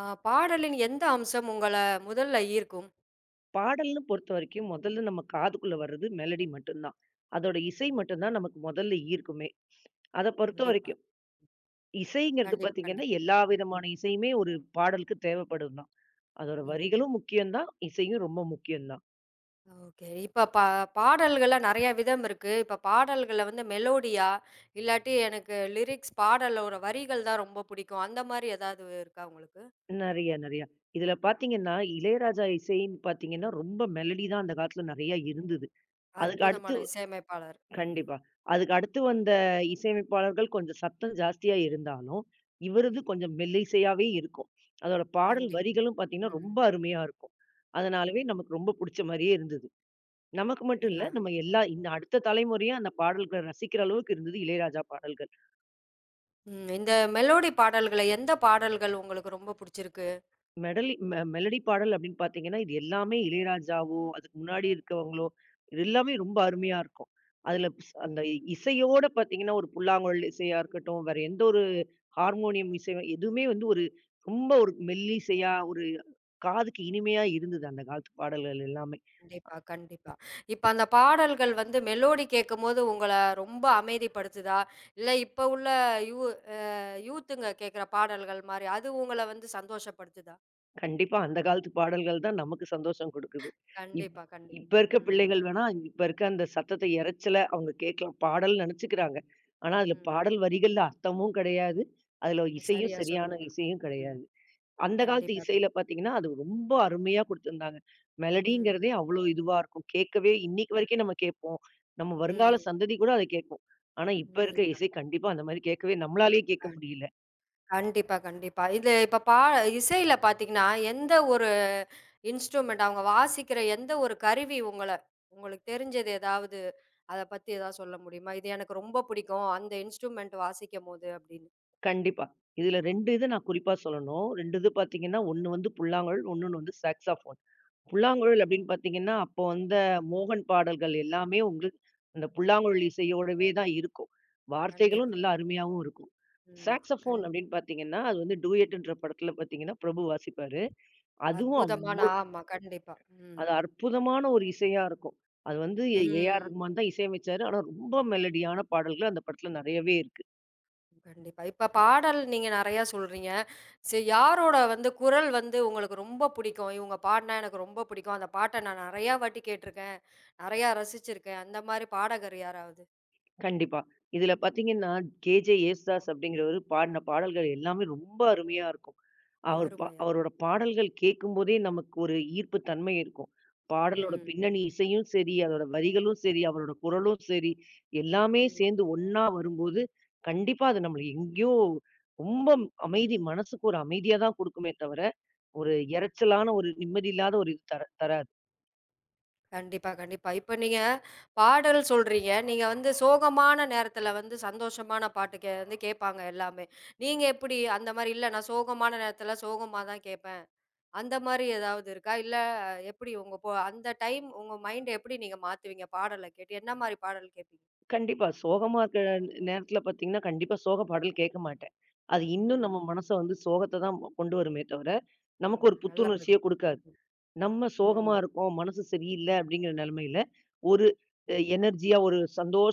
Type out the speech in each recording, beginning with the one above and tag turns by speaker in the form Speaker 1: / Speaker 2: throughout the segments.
Speaker 1: ஆ பாடலின் எந்த அம்சம் உங்கள முதல்ல ஈர்க்கும்?
Speaker 2: பாடல்ன்னு பொறுத்தவரைக்கும் முதல்ல நம்ம காதுக்குள்ள வர்றது மெலடி மட்டும்தான். அதோட இசை
Speaker 1: ம்.
Speaker 2: மட்டும்தான் நமக்கு முதல்ல ஈர்க்குமே. அத
Speaker 1: கண்டிப்பா,
Speaker 2: பொறுத்தவரைக்கும் இசைங்கிறது
Speaker 1: கண்டிப்பா,
Speaker 2: பார்த்தீங்கன்னா,
Speaker 1: கண்டிப்பா.
Speaker 2: எல்லா விதமான
Speaker 1: ம்,
Speaker 2: இசையுமே ஒரு பாடலுக்கு தேவைப்படும் தான். அதோட
Speaker 1: ம்.
Speaker 2: வரிகளும் முக்கியம் தான். இசையும் ரொம்ப முக்கியம் தான்.
Speaker 1: ஓகே. இப்ப பா பாடல்கள்லாம் நெறைய விதம் இருக்கு. இப்ப பாடல்கள்ல வந்து மெலோடியா, இல்லாட்டி எனக்கு லிரிக்ஸ் பாடலோட வரிகள் தான் ரொம்ப புடிக்கும். அந்த மாரி ஏதாவது இருக்கா உங்களுக்கு?
Speaker 2: நெறைய, நெறைய. இதுல பார்த்தீங்கன்னா, இளையராஜா இசைன்னு பார்த்தீங்கன்னா, ரொம்ப மெலடி தான் அந்த
Speaker 1: ம்,
Speaker 2: காலத்துல நெறைய
Speaker 1: ம்.
Speaker 2: இருந்தது. அதுக்கு அடுத்து
Speaker 1: அற்புதமான இசையமைப்பாளர். ம்.
Speaker 2: கண்டிப்பா. அதுக்கு அடுத்து வந்த இசையமைப்பாளர்கள் கொஞ்சம் சத்தம் ஜாஸ்தியா இருந்தாலும், இவரது
Speaker 1: ம்.
Speaker 2: கொஞ்சம் மெல்லிசையாவே இருக்கும். அதோட பாடல்
Speaker 1: கண்டிப்பா.
Speaker 2: வரிகளும் பார்த்தீங்கன்னா,
Speaker 1: ம்.
Speaker 2: ரொம்ப அருமையா இருக்கும். அதனாலவே
Speaker 1: ம்.
Speaker 2: நமக்கு ரொம்ப புடிச்ச மாரியே இருந்தது. நமக்கு மட்டும் இல்ல,
Speaker 1: ஆ.
Speaker 2: நம்ம எல்லா இந்த அடுத்த தலைமுறையும் அந்த பாடல்கள ரசிக்கிற அளவுக்கு இருந்தது இளையராஜா பாடல்கள்.
Speaker 1: ம். இந்த மெலோடி பாடல்கள்ல எந்த பாடல்கள் உங்களுக்கு ரொம்ப புடிச்சிருக்கு?
Speaker 2: மெடலி மெ மெலடி பாடல் அப்படின்னு பார்த்தீங்கன்னா, இது எல்லாமே இளையராஜாவோ, அதுக்கு முன்னாடி இருக்கவங்களோ, இது எல்லாமே ரொம்ப அருமையா இருக்கும். அதுல அந்த இசையோட பார்த்தீங்கன்னா, ஒரு புல்லாங்குழல் இசையா இருக்கட்டும், வேற எந்த ஒரு ஹார்மோனியம் இசை எதுவுமே வந்து ஒரு ரொம்ப ஒரு மெல்லிசையா, ஒரு காதுக்கு இனிமையா இருந்தது அந்த காலத்து பாடல்கள் எல்லாமே.
Speaker 1: கண்டிப்பா, கண்டிப்பா. இப்ப அந்த பாடல்கள் வந்து மெலோடி கேட்கும்போது உங்கள ரொம்ப அமைதிப்படுத்துதா? இல்ல இப்ப உள்ள யூ அ யூத்துங்க கேட்கிற பாடல்கள் மாரி, அது உங்கள வந்து சந்தோஷப்படுத்துதா?
Speaker 2: கண்டிப்பா அந்த காலத்து பாடல்கள் தான் நமக்கு சந்தோஷம் குடுக்குது. இப்
Speaker 1: கண்டிப்பா, கண்டிப்பா.
Speaker 2: இப்ப இருக்க
Speaker 1: ம்,
Speaker 2: பிள்ளைகள் வேணா, இப்ப இருக்க அந்த சத்தத்த இரைச்சல அவங்க கேட்கலாம். பாடல்ன்னு நெனச்சுக்கிறாங்க. ஆனா, அதுல
Speaker 1: ம்.
Speaker 2: பாடல் வரிகள்ல அர்த்தமும் கிடையாது. அதுல இசையும்
Speaker 1: சரியா
Speaker 2: சரியான
Speaker 1: சொன்னீங்க.
Speaker 2: இசையும்
Speaker 1: ம்.
Speaker 2: கிடையாது. அந்த காலத்து
Speaker 1: கண்டிப்பா.
Speaker 2: இசையில பார்த்தீங்கன்னா, அது ரொம்ப அருமையா குடுத்திருந்தாங்க.
Speaker 1: ம்,
Speaker 2: மெலடிங்கிறதே அவ்ளோ இதுவா இருக்கும். கேட்கவே இன்னைக்கு வரைக்கும் நம்ம கேட்போம். நம்ம வருங்கால
Speaker 1: ம்,
Speaker 2: சந்ததி கூட அத கேட்கும். ஆனா, இப்ப
Speaker 1: ம்.
Speaker 2: இருக்க இசை கண்டிப்பா அந்த மாரி கேட்கவே நம்மளாலயே கேட்க முடியல.
Speaker 1: கண்டிப்பா, கண்டிப்பா. இது இப்ப பா இசையில பார்த்தீங்கன்னா, எந்த ஒரு இன்ஸ்ட்ருமெண்ட் அவங்க வாசிக்கிற எந்த ஒரு கருவி உங்களுக்கு தெரிஞ்சது ஏதாவது? அத பத்தி ஏதாவது சொல்ல முடியுமா? "இது எனக்கு ரொம்ப பிடிக்கும். அந்த இன்ஸ்ட்ருமெண்ட் வாசிக்கும்போது" அப்படின்னு.
Speaker 2: கண்டிப்பா. இதுல 2 இத நான் குறிப்பா சொல்லணும். 2 இது பார்த்தீங்கன்னா, ஒண்ணு வந்து புல்லாங்குழல், இன்னொன்னு வந்து சாக்ஸாஃபோன். புல்லாங்குழல் அப்படின்னு பார்த்தீங்கன்னா, அப்போ வந்த மோகன் பாடல்கள் எல்லாமே உங்களுக்கு அந்த புல்லாங்குழல் இசையோடவே தான் இருக்கும். வார்த்தைகளும்
Speaker 1: கண்டிப்பா.
Speaker 2: நல்லா அருமையாவும் இருக்கும்.
Speaker 1: ம்.
Speaker 2: சாக்ஸபோன்
Speaker 1: கண்டிப்பா.
Speaker 2: அப்படின்னு பார்த்தீங்கன்னா, அது வந்து
Speaker 1: ம்.
Speaker 2: டூயட்ன்ற படத்துல பார்த்தீங்கன்னா, பிரபு வாசிப்பாரு. அதுவும்
Speaker 1: அற்புதமான ஆமா. கண்டிப்பா. ம்.
Speaker 2: அது அற்புதமான ஒரு இசையா இருக்கும். அது வந்து
Speaker 1: ம்.
Speaker 2: ஏ.ஆர். ரகுமான் தான் இசையமைச்சாரு. ஆனா ரொம்ப மெலடியான பாடல்கள் அந்த படத்துல நெறையவே இருக்கு.
Speaker 1: கண்டிப்பா. இப்ப பாடல் நீங்க நெறையா சொல்றீங்க. யாரோட வந்து குரல் வந்து உங்களுக்கு ரொம்ப புடிக்கும்? இவங்க பாடுனா எனக்கு ரொம்ப புடிக்கும். அந்த பாட்ட நான் நெறையா வாட்டி கேட்டுருக்கேன். நெறையா ரசிச்சிருக்கேன். அந்த மாரி பாடகர் யாராவது?
Speaker 2: கண்டிப்பா. இதுல பார்த்தீங்கன்னா, கேஜே யேசுதாஸ் அப்படிங்கிறவரு பாடின பாடல்கள் எல்லாமே ரொம்ப அருமையா இருக்கும். அவர்
Speaker 1: அருமை.
Speaker 2: அவரோட பாடல்கள் கேட்கும்போதே நமக்கு ஒரு ஈர்ப்பு தன்மை இருக்கும். பாடலோட ம்.
Speaker 1: ம்.
Speaker 2: பின்னணி இசையும் சரி, அதோட வரிகளும் சரி, அவரோட குரலும் சரி, எல்லாமே
Speaker 1: ம்.
Speaker 2: சேர்ந்து ஒண்ணா வரும்போது, கண்டிப்பா அது நம்மள எங்கேயோ ரொம்ப அமைதி மனசுக்கு ஒரு அமைதியா தான் குடுக்குமே தவிர, ஒரு
Speaker 1: ம்.
Speaker 2: எரைச்சலான ஒரு நிம்மதி இல்லாத ஒரு இது தர தராது.
Speaker 1: கண்டிப்பா, கண்டிப்பா. இப்ப நீங்க பாடல் சொல்றீங்க. நீங்க வந்து சோகமான நேரத்துல வந்து சந்தோஷமான பாட்டு கே வந்து கேட்பாங்க எல்லாமே. நீங்க எப்படி அந்த மாரி இல்ல நான் சோகமான நேரத்துல சோகமா தான் கேட்பேன். அந்த மாரி ஏதாவது இருக்கா? இல்ல எப்படி உங்க போ அந்த டைம் உங்க மைண்ட எப்படி நீங்க மாத்துவீங்க பாடல கேட்டு? என்ன மாரி பாடல் கேட்பீங்க?
Speaker 2: கண்டிப்பா சோகமா இருக்கிற நேரத்தில பார்த்தீங்கன்னா, கண்டிப்பா சோக பாடல் கேட்க மாட்டேன். அது இன்னும்
Speaker 1: ம்.
Speaker 2: நம்ம மனச வந்து சோகத்த தான் கொண்டு வருமே தவிர, நமக்கு
Speaker 1: ம்.
Speaker 2: ஒரு
Speaker 1: நல்ல
Speaker 2: புத்துணர்ச்சியே
Speaker 1: பதில்.
Speaker 2: குடுக்காது.
Speaker 1: ம்.
Speaker 2: நம்ம சோகமா
Speaker 1: ம்.
Speaker 2: இருக்கோம், மனசு சரியில்ல அப்படிங்கிற நெலைமையில, ஒரு
Speaker 1: ம்.
Speaker 2: எனர்ஜியா, ஒரு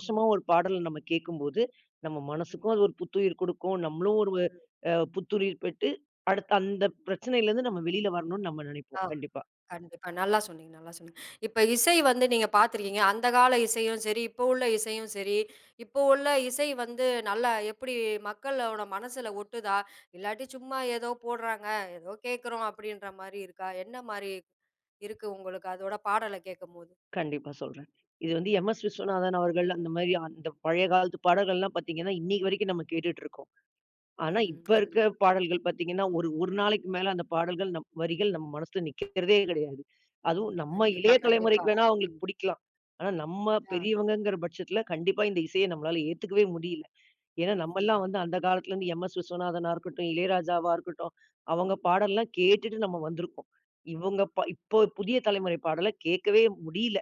Speaker 1: ம்.
Speaker 2: ஒரு பாடல நம்ம கேட்கும்போது, நம்ம
Speaker 1: ம்.
Speaker 2: மனசுக்கும் அது ஒரு புத்துயிர் குடுக்கும். நம்மளும் ஒரு
Speaker 1: ம்.
Speaker 2: புத்துயிர் பெற்று, அடுத்த அந்த பிரச்சனையிலேருந்து நம்ம வெளியில வரணும்னு நம்ம
Speaker 1: ஆ
Speaker 2: நெனைப்போம். கண்டிப்பா,
Speaker 1: கண்டிப்பா. நல்லா சொன்னீங்க, நல்லா சொன்னீங்க. இப்ப இசை வந்து நீங்க பார்த்துருக்கீங்க. அந்த கால இசையும் சரி, இப்போ உள்ள இசையும் சரி, இப்போ உள்ள இசை வந்து நல்லா எப்படி மக்களோட மனசுல ஒட்டுதா? இல்லாட்டி சும்மா ஏதோ போடுறாங்க, ஏதோ கேட்குறோம் அப்படின்ற மாரி இருக்கா? என்ன மாரி இருக்கு உங்களுக்கு அதோட பாடல கேட்கும்போது?
Speaker 2: கண்டிப்பா சொல்றேன். இது வந்து எம்.எஸ். விஸ்வநாதன் அவர்கள் அந்த மாரி அந்த பழைய காலத்து பாடல்கள்லாம் பார்த்தீங்கன்னா, இன்னைக்கு வரைக்கும் நம்ம கேட்டுட்டு இருக்கோம். ஆனா,
Speaker 1: ம்.
Speaker 2: இப்ப இருக்க
Speaker 1: கண்டிப்பா.
Speaker 2: பாடல்கள் பார்த்தீங்கன்னா, ஒரு ஒரு நாளைக்கு மேல அந்த பாடல்கள் நம் வரிகள்
Speaker 1: ம்.
Speaker 2: நம்ம மனசுல நிக்கிறதே கிடையாது. அதுவும் நம்ம
Speaker 1: கண்டிப்பா,
Speaker 2: இளைய
Speaker 1: கண்டிப்பா.
Speaker 2: தலைமுறைக்கு வேணா அவங்களுக்கு
Speaker 1: ம்.
Speaker 2: பிடிக்கலாம். ஆனா, நம்ம
Speaker 1: ஆ.
Speaker 2: பெரியவங்கங்கிற பட்சத்துல கண்டிப்பா இந்த இசைய நம்மளால ஏத்துக்கவே முடியல. ஏன்னா,
Speaker 1: ம்.
Speaker 2: நம்மலாம் வந்து அந்த காலத்துல இருந்து எம்.எஸ். விஸ்வநாதனா இருக்கட்டும், இளையராஜாவா இருக்கட்டும், அவங்க பாடல்லாம் கேட்டுட்டு நம்ம வந்திருக்கோம்.
Speaker 1: ம்.
Speaker 2: இவங்க இப்போ புதிய தலைமுறை பாடல கேட்கவே முடியல.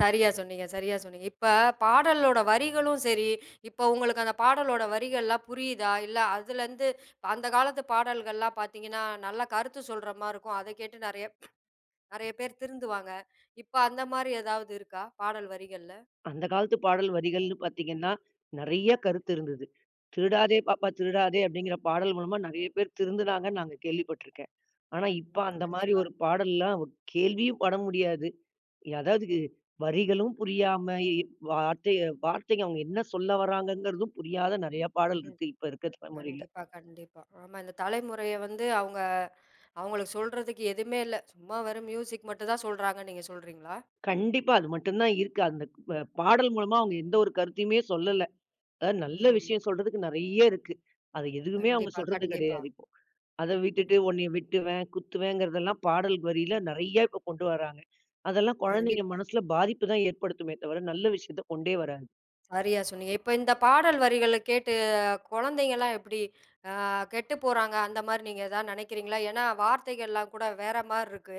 Speaker 1: சரியா சொன்னீங்க, சரியா சொன்னீங்க. இப்ப பாடலோட வரிகளும் சரி, இப்ப உங்களுக்கு அந்த பாடலோட வரிகள்லாம் புரியுதா? இல்ல அதுலருந்து அந்த காலத்து பாடல்கள்லாம் பார்த்தீங்கன்னா, நல்ல கருத்து சொல்ற மாரி இருக்கும். அத கேட்டு நெறைய நெறைய பேர் திருந்துவாங்க. இப்ப அந்த மாரி ஏதாவது இருக்கா? பாடல் வரிகள்ல?
Speaker 2: அந்த காலத்து பாடல் வரிகள்னு பார்த்தீங்கன்னா, நெறைய கருத்து இருந்தது. "திருடாதே பாப்பா திருடாதே" அப்படிங்கிற பாடல் மூலமா நெறைய பேர் திருந்துனாங்கன்னு நாங்க கேள்விப்பட்டுருக்கேன். ஆனா, இப்ப
Speaker 1: ம்.
Speaker 2: அந்த மாரி
Speaker 1: கண்டிப்பா.
Speaker 2: ஒரு பாடல்லாம் ஒரு கேள்வியும் பட முடியாது. அதாவது வரிகளும் புரியாம, எ வார்த்தைய வார்த்தைங்க அவங்க என்ன சொல்ல வராங்கங்கிறதும் புரியாத நெறைய பாடல்
Speaker 1: ம்.
Speaker 2: இருக்கு, இப்ப இருக்க தலைமுறையில.
Speaker 1: கண்டிப்பா, கண்டிப்பா. ஆமா. இந்த தலைமுறைய வந்து அவங்க அவங்களுக்கு சொல்றதுக்கு எதுவுமே இல்ல. சும்மா வெறும் மியூசிக் மட்டும் தான் சொல்றாங்கன்னு நீங்க சொல்றீங்களா?
Speaker 2: கண்டிப்பா அது மட்டும் தான் இருக்கு. அந்த ப
Speaker 1: ம்.
Speaker 2: பாடல் மூலமா அவங்க எந்த ஒரு கருத்தையுமே சொல்லல. அதாவது நல்ல
Speaker 1: ம்.
Speaker 2: விஷயம் சொல்றதுக்கு நெறைய இருக்கு. அது எதுவுமே அவங்க
Speaker 1: கண்டிப்பா,
Speaker 2: சொல்றது
Speaker 1: கண்டிப்பா.
Speaker 2: கிடையாது இப்போ. அத விட்டுட்டு
Speaker 1: ம்.
Speaker 2: உன்னைய வெட்டுவேன், குத்துவேங்கிறதெல்லாம் பாடல் வரியில நெறைய இப்ப கொண்டு வராங்க. அதெல்லாம் குழந்தைங்க
Speaker 1: கண்டிப்பா.
Speaker 2: மனசுல பாதிப்பு தான் ஏற்படுத்துமே தவிர, நல்ல விஷயத்த கொண்டே வராது.
Speaker 1: சரியா சொன்னீங்க. இப்ப இந்த பாடல் வரிகள கேட்டு குழந்தைங்கலாம் எப்படி அ கெட்டு போறாங்க? அந்த மாரி நீங்க ஏதாவது நினைக்கிறீங்களா? ஏன்னா வார்த்தைகள்லாம் கூட வேற மாரி இருக்கு.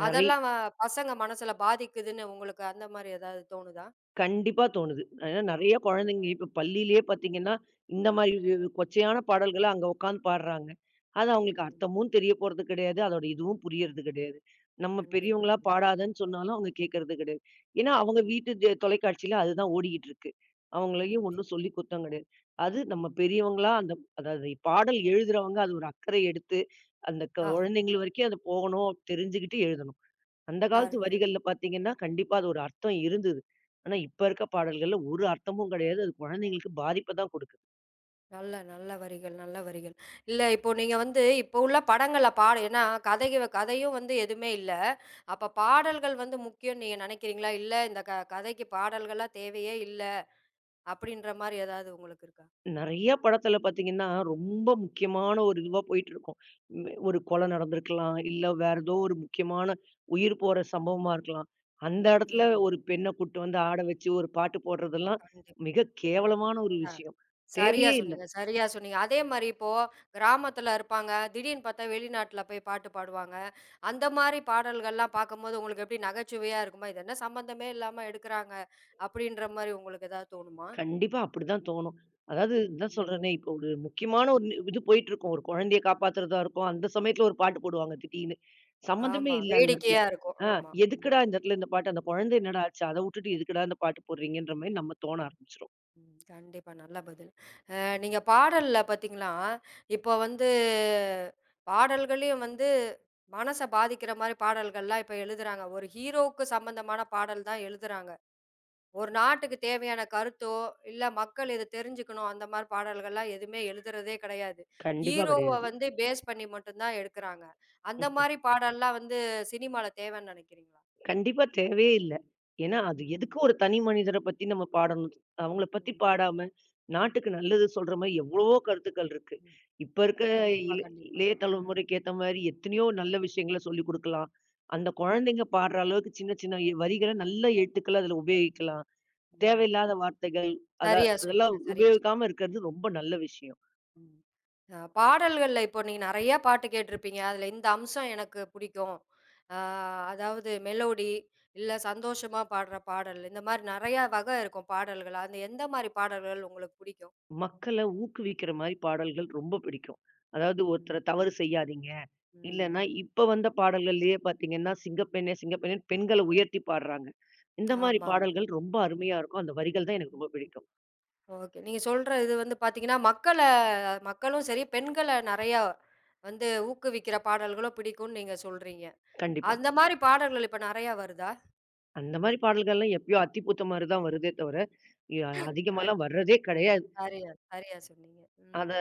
Speaker 2: நெறை
Speaker 1: அதெல்லாம் பசங்க மனசுல பாதிக்குதுன்னு உங்களுக்கு அந்த மாரி ஏதாவது தோணுதா?
Speaker 2: கண்டிப்பா தோணுது. ஏன்னா நெறைய குழந்தைங்க இப்ப பள்ளியிலேயே பார்த்தீங்கன்னா, இந்த மாரி கொச்சையான பாடல்கள அங்க உட்காந்து பாடுறாங்க. அது அவங்களுக்கு
Speaker 1: ம்.
Speaker 2: அர்த்தமும் தெரிய போறது கிடையாது. அதோட இதுவும் புரியறது கிடையாது. நம்ம
Speaker 1: கண்டிப்பா,
Speaker 2: பெரியவங்களா
Speaker 1: கண்டிப்பா.
Speaker 2: பாடாதன்னு சொன்னாலும் அவங்க கேட்கறது கிடையாது. ஏன்னா அவங்க
Speaker 1: ம்.
Speaker 2: வீட்டு தொலைக்காட்சியில அதுதான் ஓடிக்கிட்டு இருக்கு. அவங்களையும்
Speaker 1: கண்டிப்பா.
Speaker 2: ஒண்ணும் சொல்லி குத்தம் கிடையாது. அது நம்ம பெரியவங்களா அதாவது பாடல் எழுதுறவங்க அது ஒரு அக்கறை எடுத்து அந்த
Speaker 1: ஆஹா.
Speaker 2: குழந்தைங்கள் வரைக்கும் அது போகணும் தெரிஞ்சுகிட்டு எழுதணும். அந்த
Speaker 1: கர
Speaker 2: காலத்து வரிகள்ல பார்த்தீங்கன்னா, கண்டிப்பா அது ஒரு அர்த்தம் இருந்தது. ஆனா, இப்ப இருக்க பாடல்கள்ல ஒரு அர்த்தமும் கிடையாது. அது குழந்தைங்களுக்கு பாதிப்ப தான் கொடுக்குது.
Speaker 1: நல்ல, நல்ல வரிகள், நல்ல வரிகள். இல்ல இப்போ நீங்க வந்து இப்போ உள்ள படங்கள்ல பாட ஏன்னா கதைக கதையும் வந்து எதுவுமே இல்ல. அப்ப பாடல்கள் வந்து முக்கியம்னு நீங்க நினைக்கிறீங்களா? இல்ல இந்த க கதைக்கு பாடல்கள்லாம் தேவையே இல்ல அப்படின்ற மாரி ஏதாவது உங்களுக்கு இருக்கா?
Speaker 2: நெறைய படத்துல பார்த்தீங்கன்னா, ரொம்ப முக்கியமான ஒரு இதுவா போயிட்டு இருக்கும். ம் ஒரு கொலை நடந்திருக்கலாம், இல்ல வேற ஏதோ ஒரு முக்கியமான உயிர் போற சம்பவமா இருக்கலாம். அந்த இடத்துல
Speaker 1: ம்.
Speaker 2: ஒரு பெண்ண கூட்டு வந்து ஆட வச்சு ஒரு பாட்டு போடுறதெல்லாம்
Speaker 1: கண்டிப்பா.
Speaker 2: மிக கேவலமான ஒரு விஷயம்.
Speaker 1: சரியா
Speaker 2: தேவையே இல்ல.
Speaker 1: சொன்னீங்க, சரியா சொன்னீங்க. அதே மாரி இப்போ கிராமத்துல இருப்பாங்க. திடீர்னு பார்த்தா வெளிநாட்ல போய் பாட்டு பாடுவாங்க. அந்த மாரி பாடல்கள்லாம் பார்க்கும்போது உங்களுக்கு எப்படி நகைச்சுவையா இருக்குமா? இது என்ன சம்மந்தமே இல்லாம எடுக்குறாங்க அப்படின்ற மாரி உங்களுக்கு ஏதாவது தோணுமா?
Speaker 2: கண்டிப்பா அப்படிதான் தோணும். அதாவது இதான்
Speaker 1: ம்.
Speaker 2: சொல்றேனே, இப்போ ஒரு முக்கியமான ஒரு நி இது போயிட்டுருக்கும். ஒரு குழந்தைய காப்பாத்துறதா இருக்கும். அந்த சமயத்துல ஒரு பாட்டு போடுவாங்க திடீர்னு. சம்மந்தமே
Speaker 1: ஆமா.
Speaker 2: இல்ல அந்த இடத்துல.
Speaker 1: வேடிக்கையா இருக்கும்.
Speaker 2: ஆ
Speaker 1: ஆமா. ம்.
Speaker 2: எதுக்குடா இந்த இடத்துல இந்த பாட்டு? அந்த குழந்தை என்னடா ஆச்சு? அத வுட்டுட்டு எதுக்குடா இந்த பாட்டு போடுறீங்கன்ற மாரி நம்ம தோண ஆரம்பிச்சுரும்.
Speaker 1: ம். கண்டிப்பா. நல்ல பதில். நீங்க பாடல்ல பார்த்தீங்கன்னா, இப்போ வந்து பாடல்களையும் வந்து மனச பாதிக்கிற மாரி பாடல்கள்லாம் இப்ப எழுதுறாங்க. ஒரு ஹீரோவுக்கு சம்பந்தமான பாடல் தான் எழுதுறாங்க. ஒரு நாட்டுக்கு தேவையான கருத்தோ, இல்ல மக்கள் இத தெரிஞ்சுக்கணும் அந்த மாரி பாடல்கள்லாம் எதுவுமே எழுதுறதே கிடையாது.
Speaker 2: கண்டிப்பா
Speaker 1: ஹீரோவ
Speaker 2: கிடையாது.
Speaker 1: வந்து பேஸ் பண்ணி மட்டும் தான் எடுக்குறாங்க. அந்த மாரி பாடல்லாம் வந்து சினிமால தேவைன்னு நினைக்கிறீங்களா?
Speaker 2: கண்டிப்பா தேவையே இல்ல. ஏன்னா, அது எதுக்கு
Speaker 1: ம்.
Speaker 2: ஒரு தனி மனிதர பத்தி நம்ம பாடணும்? அவங்கள பத்தி
Speaker 1: ம்.
Speaker 2: பாடாம, நாட்டுக்கு நல்லது சொல்ற மாரி எவ்வளவோ கருத்துக்கள் இருக்கு.
Speaker 1: ம்.
Speaker 2: இப்ப இருக்க
Speaker 1: கண்டிப்பா,
Speaker 2: இள
Speaker 1: கண்டிப்பா.
Speaker 2: இளைய
Speaker 1: ம்.
Speaker 2: தலைமுறைக்கு ஏத்த மாரி எத்தனையோ நல்ல விஷயங்கள சொல்லிக் குடுக்கலாம். அந்த
Speaker 1: ம்,
Speaker 2: குழந்தைங்க பாடுற அளவுக்கு சின்ன சின்ன வரிகள நல்ல எழுத்துக்கள அதுல உபயோகிக்கலாம்.
Speaker 1: ம்.
Speaker 2: தேவையில்லாத வார்த்தைகள், அத
Speaker 1: சரியா சொன்னீங்க,
Speaker 2: அதெல்லாம்
Speaker 1: சரியா சொன்னீங்க.
Speaker 2: உபயோகிக்காம இருக்கிறது ரொம்ப நல்ல விஷயம்.
Speaker 1: ம். பாடல்கள்ல இப்போ நீங்க நெறைய பாட்டு கேட்டுருப்பீங்க. அதுல இந்த அம்சம் எனக்கு புடிக்கும். அ அதாவது மெலோடி, இல்ல சந்தோஷமா பாடுற பாடல், இந்த மாரி நெறைய வகை இருக்கும் பாடல்கள். அந்த எந்த மாரி பாடல்கள் உங்களுக்கு புடிக்கும்?
Speaker 2: மக்கள ஊக்குவிக்கிற மாரி பாடல்கள் ரொம்ப பிடிக்கும். அதாவது
Speaker 1: ம்.
Speaker 2: ஒருத்தர தவறு செய்யாதீங்க.
Speaker 1: ம்.
Speaker 2: இல்லன்னா, இப்ப வந்த பாடல்கள்லயே பார்த்தீங்கன்னா, சிங்கப்பெண்ணே சிங்கப்பெண்ணே பெண்கள உயர்த்தி பாடுறாங்க. இந்த மாரி
Speaker 1: ஆமாமா.
Speaker 2: பாடல்கள் ரொம்ப அருமையா இருக்கும். அந்த வரிகள் தான் எனக்கு
Speaker 1: ம்.
Speaker 2: ரொம்ப பிடிக்கும்.
Speaker 1: ஓகே. நீங்க சொல்ற இது வந்து பாத்தீங்கன்னா, மக்கள மக்களும் சரி, பெண்கள நெறையா வந்து ஊக்குவிக்கிற பாடல்களும் பிடிக்கும்னு நீங்க சொல்றீங்க.
Speaker 2: கண்டிப்பா.
Speaker 1: அந்த மாரி பாடல்கள் இப்ப நெறையா வருதா?
Speaker 2: அந்த மாரி பாடல்கள்லாம் எப்பயோ அத்திப்பூத்த மாரி தான் வருதே தவிர, ய அதிகமாலாம் வர்றதே கிடையாது.
Speaker 1: சரியா, சரியா சொன்னீங்க. ம்.
Speaker 2: அத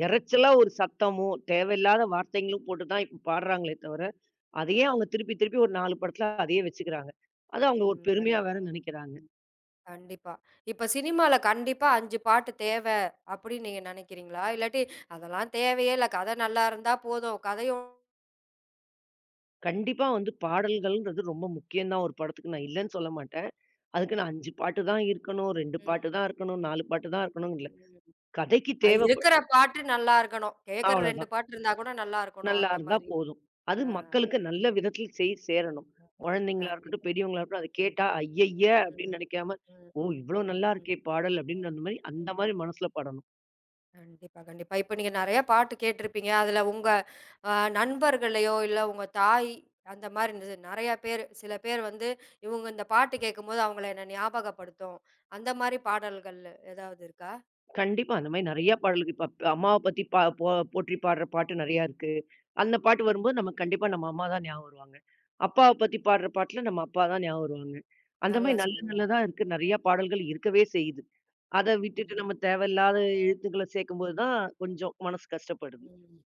Speaker 2: இரைச்சலா ஒரு சத்தமும், தேவையில்லாத வார்த்தைங்களும் போட்டு தான் இப்ப பாடுறாங்களே தவிர, அதையே
Speaker 1: ம்.
Speaker 2: அவங்க திருப்பி திருப்பி ஒரு 4 படத்துல அதையே வச்சுக்கிறாங்க. அத அவங்க ஒரு
Speaker 1: ம்.
Speaker 2: பெருமையா வேற நினைக்கிறாங்க.
Speaker 1: ம். கண்டிப்பா. இப்ப சினிமால கண்டிப்பா 5 பாட்டு தேவ அப்படின்னு நீங்க நினைக்கிறீங்களா? இல்லாட்டி அதெல்லாம் தேவையே இல்ல. கதை நல்லா இருந்தா போதும். கதையும்
Speaker 2: கண்டிப்பா வந்து பாடல்கள்ன்றது ரொம்ப முக்கியம் தான் ஒரு படத்துக்கு. நான் இல்லன்னு சொல்ல மாட்டேன். அதுக்கு நான் 5 பாட்டு தான் இருக்கணும், 2
Speaker 1: ம்.
Speaker 2: பாட்டு
Speaker 1: ம்.
Speaker 2: தான் இருக்கணும், 4 பாட்டு தான் இருக்கணும் இல்ல.
Speaker 1: ம்.
Speaker 2: கதைக்கு தேவைப்ப
Speaker 1: இருக்கிற பாட்டு நல்லா இருக்கணும். கேட்கற 2
Speaker 2: அவ்வளோதான்.
Speaker 1: பாட்டு இருந்தா கூட நல்லா இருக்கணும்.
Speaker 2: நல்லா
Speaker 1: அந்த
Speaker 2: இருந்தா
Speaker 1: மாரி.
Speaker 2: போதும். அது
Speaker 1: ஆ.
Speaker 2: மக்களுக்கு நல்ல விதத்தில் செய் சேரணும்.
Speaker 1: ம்.
Speaker 2: குழந்தைங்களா இருக்கட்டும்,
Speaker 1: கண்டிப்பா.
Speaker 2: பெரியவங்களா இருக்கட்டும், அத
Speaker 1: ம்.
Speaker 2: கேட்டா "ஐயய்ய!"
Speaker 1: ம்.
Speaker 2: அப்படின்னு நெனைக்காம,
Speaker 1: ம்.
Speaker 2: "ஓ! இவ்ளோ நல்லா
Speaker 1: ம்.
Speaker 2: இருக்கே பாடல்" அப்படின்னு அந்த மாரி அந்த
Speaker 1: ம்.
Speaker 2: மாரி மனசுல பாடணும்.
Speaker 1: கண்டிப்பா, கண்டிப்பா. இப்ப நீங்க நெறைய பாட்டு கேட்டிருப்பீங்க. அதுல உங்க அ நண்பர்களையோ, இல்ல உங்க தாய் அந்த மாரி இருந்தது. நெறைய பேரு சில பேர் வந்து இவங்க இந்த பாட்டு கேட்கும்போது அவங்கள என்ன ஞாபகப்படுத்தும். அந்த மாரி பாடல்கள் ஏதாவது இருக்கா?
Speaker 2: கண்டிப்பா அந்த மாரி நெறைய பாடல்கள் இப்ப அம்மாவ பத்தி பா போ போற்றி பாடுற பாட்டு நெறையா இருக்கு. அந்த பாட்டு
Speaker 1: ம்,
Speaker 2: வரும்போது நமக்கு கண்டிப்பா நம்ம அம்மா தான் ஞாபகம் வருவாங்க. அப்பாவ பத்தி
Speaker 1: ம்.
Speaker 2: பாடுற பாட்டுல நம்ம அப்பா தான் ஞாபகம் வருவாங்க. அந்த மாரி
Speaker 1: நல்லா
Speaker 2: நல்ல
Speaker 1: சொன்னீங்க.
Speaker 2: நல்லதா இருக்கு. நெறைய பாடல்கள் இருக்கவே செய்யுது. அத விட்டுட்டு
Speaker 1: ம்.
Speaker 2: நம்ம தேவையில்லாத எழுத்துக்கள சேர்க்கும்போது தான் கொஞ்சம் மனசு கஷ்டப்படுது.
Speaker 1: ம்.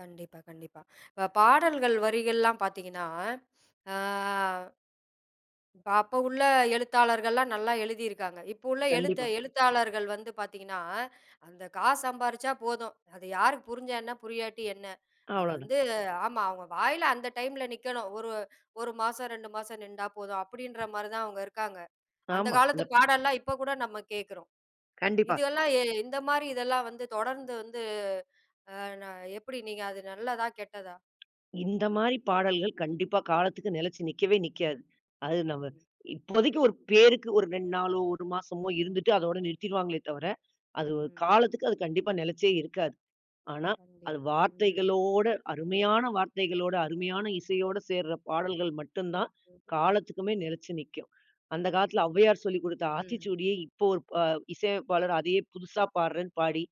Speaker 1: கண்டிப்பா, கண்டிப்பா. இப்ப பாடல்கள் வரிகள்லாம் பார்த்தீங்கன்னா, ஆ இப்ப அப்ப உள்ள எழுத்தாளர்கள்லாம் நல்லா எழுதியிருக்காங்க. இப்போ உள்ள எழுத்த
Speaker 2: கண்டிப்பா.
Speaker 1: எழுத்தாளர்கள் வந்து பார்த்தீங்கன்னா, அந்த காசு சம்பாரிச்சா போதும். அது யாருக்கு புரிஞ்சா என்ன? புரியாட்டி என்ன? அது
Speaker 2: அவ்வளோதான்.
Speaker 1: வந்து ஆமா. அவங்க வாயில அந்த டைம்ல நிக்கணும். ஒரு 1 மாசம், 2 மாசம் நின்டா போதும். அப்படின்ற மாரி தான் அவங்க இருக்காங்க. அந்த
Speaker 2: ஆமா.
Speaker 1: காலத்து பாடல்லாம் இப்ப கூட நம்ம கேட்கிறோம்.
Speaker 2: கண்டிப்பா.
Speaker 1: இதெல்லாம் இந்த மாரி இதெல்லாம் வந்து தொடர்ந்து வந்து அ ந எப்படி நீங்க அது நல்லதா? கெட்டதா?
Speaker 2: இந்த மாரி பாடல்கள் கண்டிப்பா காலத்துக்கு நிலைச்சு நிக்கவே நிக்காது. அது நம்ம
Speaker 1: ம்.
Speaker 2: இப்போதைக்கு ஒரு பேருக்கு ஒரு 2 நாளோ, 1 மாசமோ இருந்துட்டு அதோட நிறுத்திருவாங்களே தவிர, அது ஒரு
Speaker 1: ம்.
Speaker 2: காலத்துக்கு அது கண்டிப்பா நிலைச்சே இருக்காது. ஆனா, அது
Speaker 1: கண்டிப்பா. ம்.
Speaker 2: வார்த்தைகளோட அருமையான வார்த்தைகளோட, அருமையான இசையோட சேர்ற பாடல்கள் மட்டும் தான்
Speaker 1: ம்.
Speaker 2: காலத்துக்குமே நிலைச்சு நிக்கும். அந்த காலத்துல ஔவையார் சொல்லிக் கொடுத்த
Speaker 1: ம்.
Speaker 2: ஆத்திச்சூடியே இப்போ ஒரு ப இசையமைப்பாளர் அதையே புதுசா பாடுறேன்னு பாடி,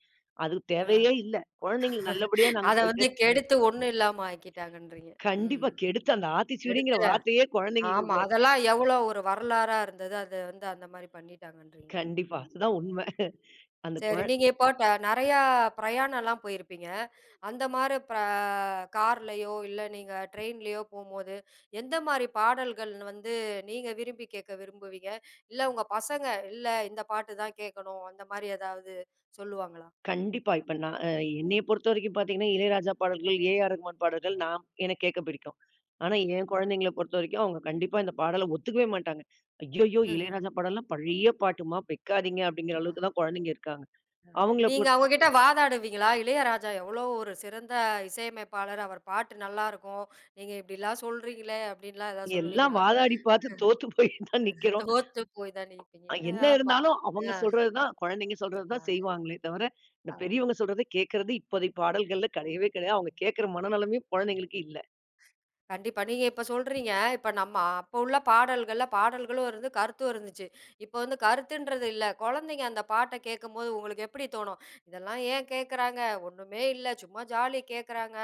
Speaker 2: அது
Speaker 1: அ.
Speaker 2: தேவையே இல்ல. குழந்தைங்களுக்கு நல்லபடியா நாங்க
Speaker 1: அத
Speaker 2: சொல்லி
Speaker 1: வந்து கெடுத்து ஒண்ணும் இல்லாம ஆக்கிட்டாங்கன்றீங்க. ம்.
Speaker 2: கண்டிப்பா கெடுத்து அந்த ஆத்திச்சூடிங்கிற
Speaker 1: எடுத்து
Speaker 2: வார்த்தையே குழந்தைங்களுக்கு
Speaker 1: ஆமா.
Speaker 2: இப்ப-
Speaker 1: அதெல்லாம் எவ்வளோ ஒரு வரலாறா இருந்தது. அது வந்து அந்த மாரி பண்ணிட்டாங்கன்றீங்க.
Speaker 2: கண்டிப்பா.
Speaker 1: ம்.
Speaker 2: அதுதான் உண்ம. அந்த குழ
Speaker 1: சரி. நீங்க இப்போ ட நெறையா பிரயாணம்லாம் போயிருப்பீங்க. அந்த மாரி பிர கார்லயோ, இல்ல நீங்க ட்ரெயின்லயோ போம்போது, எந்த மாரி பாடல்கள் வந்து நீங்க விரும்பி கேட்க விரும்புவீங்க? இல்ல உங்க பசங்க, "இல்ல இந்த பாட்டு தான் கேட்கணும்." அந்த மாரி ஏதாவது சொல்லுவாங்களா?
Speaker 2: கண்டிப்பா. இப்ப நான் என்னைய பொறுத்தவரைக்கும் பார்த்தீங்கன்னா, இளையராஜா பாடல்கள், ஏ.ஆர். ரகுமான் பாடல்கள் நான் எனக்கு கேட்க பிடிக்கும். ஆனா, என் குழந்தைங்கள பொறுத்தவரைக்கும் அவங்க கண்டிப்பா இந்த பாடல ஒத்துக்கவே மாட்டாங்க. "ஐய்யய்யோ! இளையராஜா பாடல்லாம் பழைய பாட்டுமா வைக்காதீங்க" அப்படிங்கிற
Speaker 1: ம்.
Speaker 2: அளவுக்கு தான் குழந்தைங்க இருக்காங்க. அவங்கள
Speaker 1: நீங்க அவங்ககிட்ட வாதாடுவீங்களா? இளையராஜா எவ்வளோ ஒரு சிறந்த இசையமைப்பாளர். அவர் பாட்டு நல்லாருக்கும். நீங்க இப்படிலாம் சொல்றீங்களே! அப்படின்லாம் ஏதாவது
Speaker 2: எல்லாம்
Speaker 1: சொல்லுவீங்களா?
Speaker 2: வாதாடி பார்த்து தோத்து போய் தான் நிக்கிறோம்.
Speaker 1: தோத்து போய் தான் நிப்பீங்க. அ
Speaker 2: என்ன
Speaker 1: ஆமா.
Speaker 2: இருந்தாலும் அவங்க
Speaker 1: அ,
Speaker 2: சொல்றது தான் குழந்தைங்க சொல்றது தான் செய்வாங்களே தவிர, இந்த
Speaker 1: அ, அ.
Speaker 2: பெரியவங்க சொல்றத கேட்கறது இப்போதைய பாடல்கள்ல
Speaker 1: ம்.
Speaker 2: கிடையவே கிடையாது. அவங்க கேட்கிற மனநெலைமையும் குழந்தைங்களுக்கு இல்ல.
Speaker 1: கண்டிப்பா. நீங்க இப்ப சொல்றீங்க. இப்ப நம்ம அப்ப உள்ள பாடல்கள்ல பாடல்களும் இருந்து, கருத்தும் இருந்துச்சு. இப்ப வந்து கருத்துன்றது இல்ல. குழந்தைங்க அந்த பாட்ட கேட்கும்போது உங்களுக்கு எப்படி தோணும்? இதெல்லாம் ஏன் கேட்கறாங்க? ஒண்ணுமே இல்ல. சும்மா ஜாலி கேட்கறாங்க.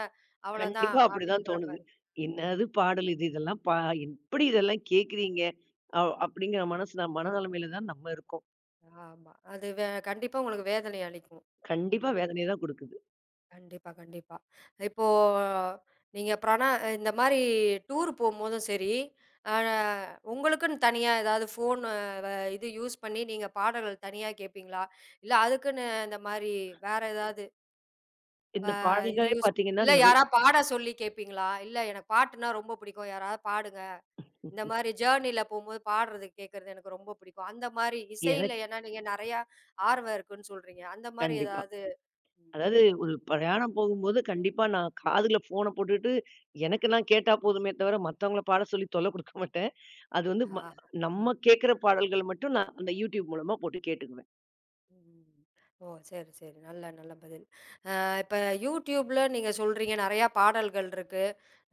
Speaker 1: அவ்வளோதான்.
Speaker 2: கண்டிப்பா அப்படிதான்
Speaker 1: அப்படின்ற
Speaker 2: தோணுது.
Speaker 1: மாரி.
Speaker 2: "என்னது பாடல் இது? இதெல்லாம் எப்படி இதெல்லாம் கேட்குறீங்க?" அ
Speaker 1: ம்,
Speaker 2: அப்படிங்கிற மனசு நம்
Speaker 1: ம்.
Speaker 2: மனநிலைமையில தான் நம்ம இருக்கோம்.
Speaker 1: ஆமா. அது வே கண்டிப்பா உங்களுக்கு வேதனை அளிக்கும்.
Speaker 2: கண்டிப்பா
Speaker 1: ம்.
Speaker 2: வேதனைய தான் குடுக்குது.
Speaker 1: கண்டிப்பா, கண்டிப்பா. இப்போ நீங்க இந்த மாரி டூர் போம்போதும் சரி, அ உங்களுக்குன்னு தனியா ஏதாவது ஃபோன் இது யூஸ் பண்ணி நீங்க பாடல்கள் தனியா கேட்பீங்களா? இல்ல அதுக்குன்னு இந்த மாரி வேற ஏதாவது
Speaker 2: இந்த
Speaker 1: இது
Speaker 2: பாடல்களே
Speaker 1: யூஸ்
Speaker 2: பார்த்தீங்கன்னா,
Speaker 1: இல்ல
Speaker 2: நிறைய
Speaker 1: யாராவது பாட சொல்லி கேட்பீங்களா? இல்ல எனக்கு பாட்டுன்னா ரொம்ப பிடிக்கும். யாராவது பாடுங்க. இந்த மாரி ஜர்னில போம்போது பாடுறது கேட்கறது எனக்கு ரொம்ப பிடிக்கும். அந்த மாரி இசையில
Speaker 2: எனக்கு
Speaker 1: ஏன்னா நீங்க நெறையா ஆர்வம் இருக்குன்னு சொல்றீங்க. அந்த மாரி
Speaker 2: கண்டிப்பா.
Speaker 1: ஏதாவது ம்.
Speaker 2: அதாவது ஒரு பிரயாணம் போகும்போது கண்டிப்பா நான் காதுல ஃபோன போட்டுட்டு, எனக்கு நான் கேட்டா போதுமே தவிர, மத்தவங்கள பாட சொல்லி தொல்ல குடுக்க மாட்டேன். அது வந்து
Speaker 1: ஆஹா!
Speaker 2: நம்ம கேட்கிற பாடல்கள் மட்டும் நான் அந்த YouTube மூலமா போட்டு கேட்டுக்குவேன்.
Speaker 1: ம். ஓ! சரி, சரி. நல்ல நல்ல பதில். இப்ப YouTubeல நீங்க சொல்றீங்க நெறையா பாடல்கள் இருக்கு.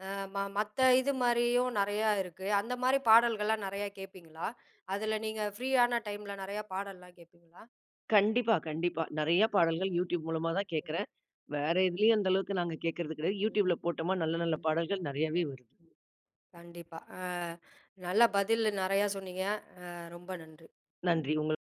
Speaker 1: அ ம மத்த இது மாரியும் நெறையா இருக்கு. அந்த மாரி பாடல்கள்லாம் நெறையா கேட்பீங்களா? அதுல நீங்க ஃப்ரீயான டைம்ல நெறையா பாடல்லாம் கேட்பீங்களா?
Speaker 2: கண்டிப்பா, கண்டிப்பா. நெறைய
Speaker 1: ம்.
Speaker 2: பாடல்கள் YouTube மூலமா தான்
Speaker 1: ம்,
Speaker 2: கேட்கிறேன். வேற
Speaker 1: ம்,
Speaker 2: எதுலயும் அந்த அளவுக்கு நாங்க கேட்கறது கிடையாது.
Speaker 1: ம்,
Speaker 2: YouTubeல போட்டோமா நல்ல நல்ல
Speaker 1: ம்,
Speaker 2: பாடல்கள் நெறையாவே வருது.
Speaker 1: ம். கண்டிப்பா. நல்ல பதில் நெறையா சொன்னீங்க. அ ரொம்ப நன்றி.
Speaker 2: நன்றி. உங்க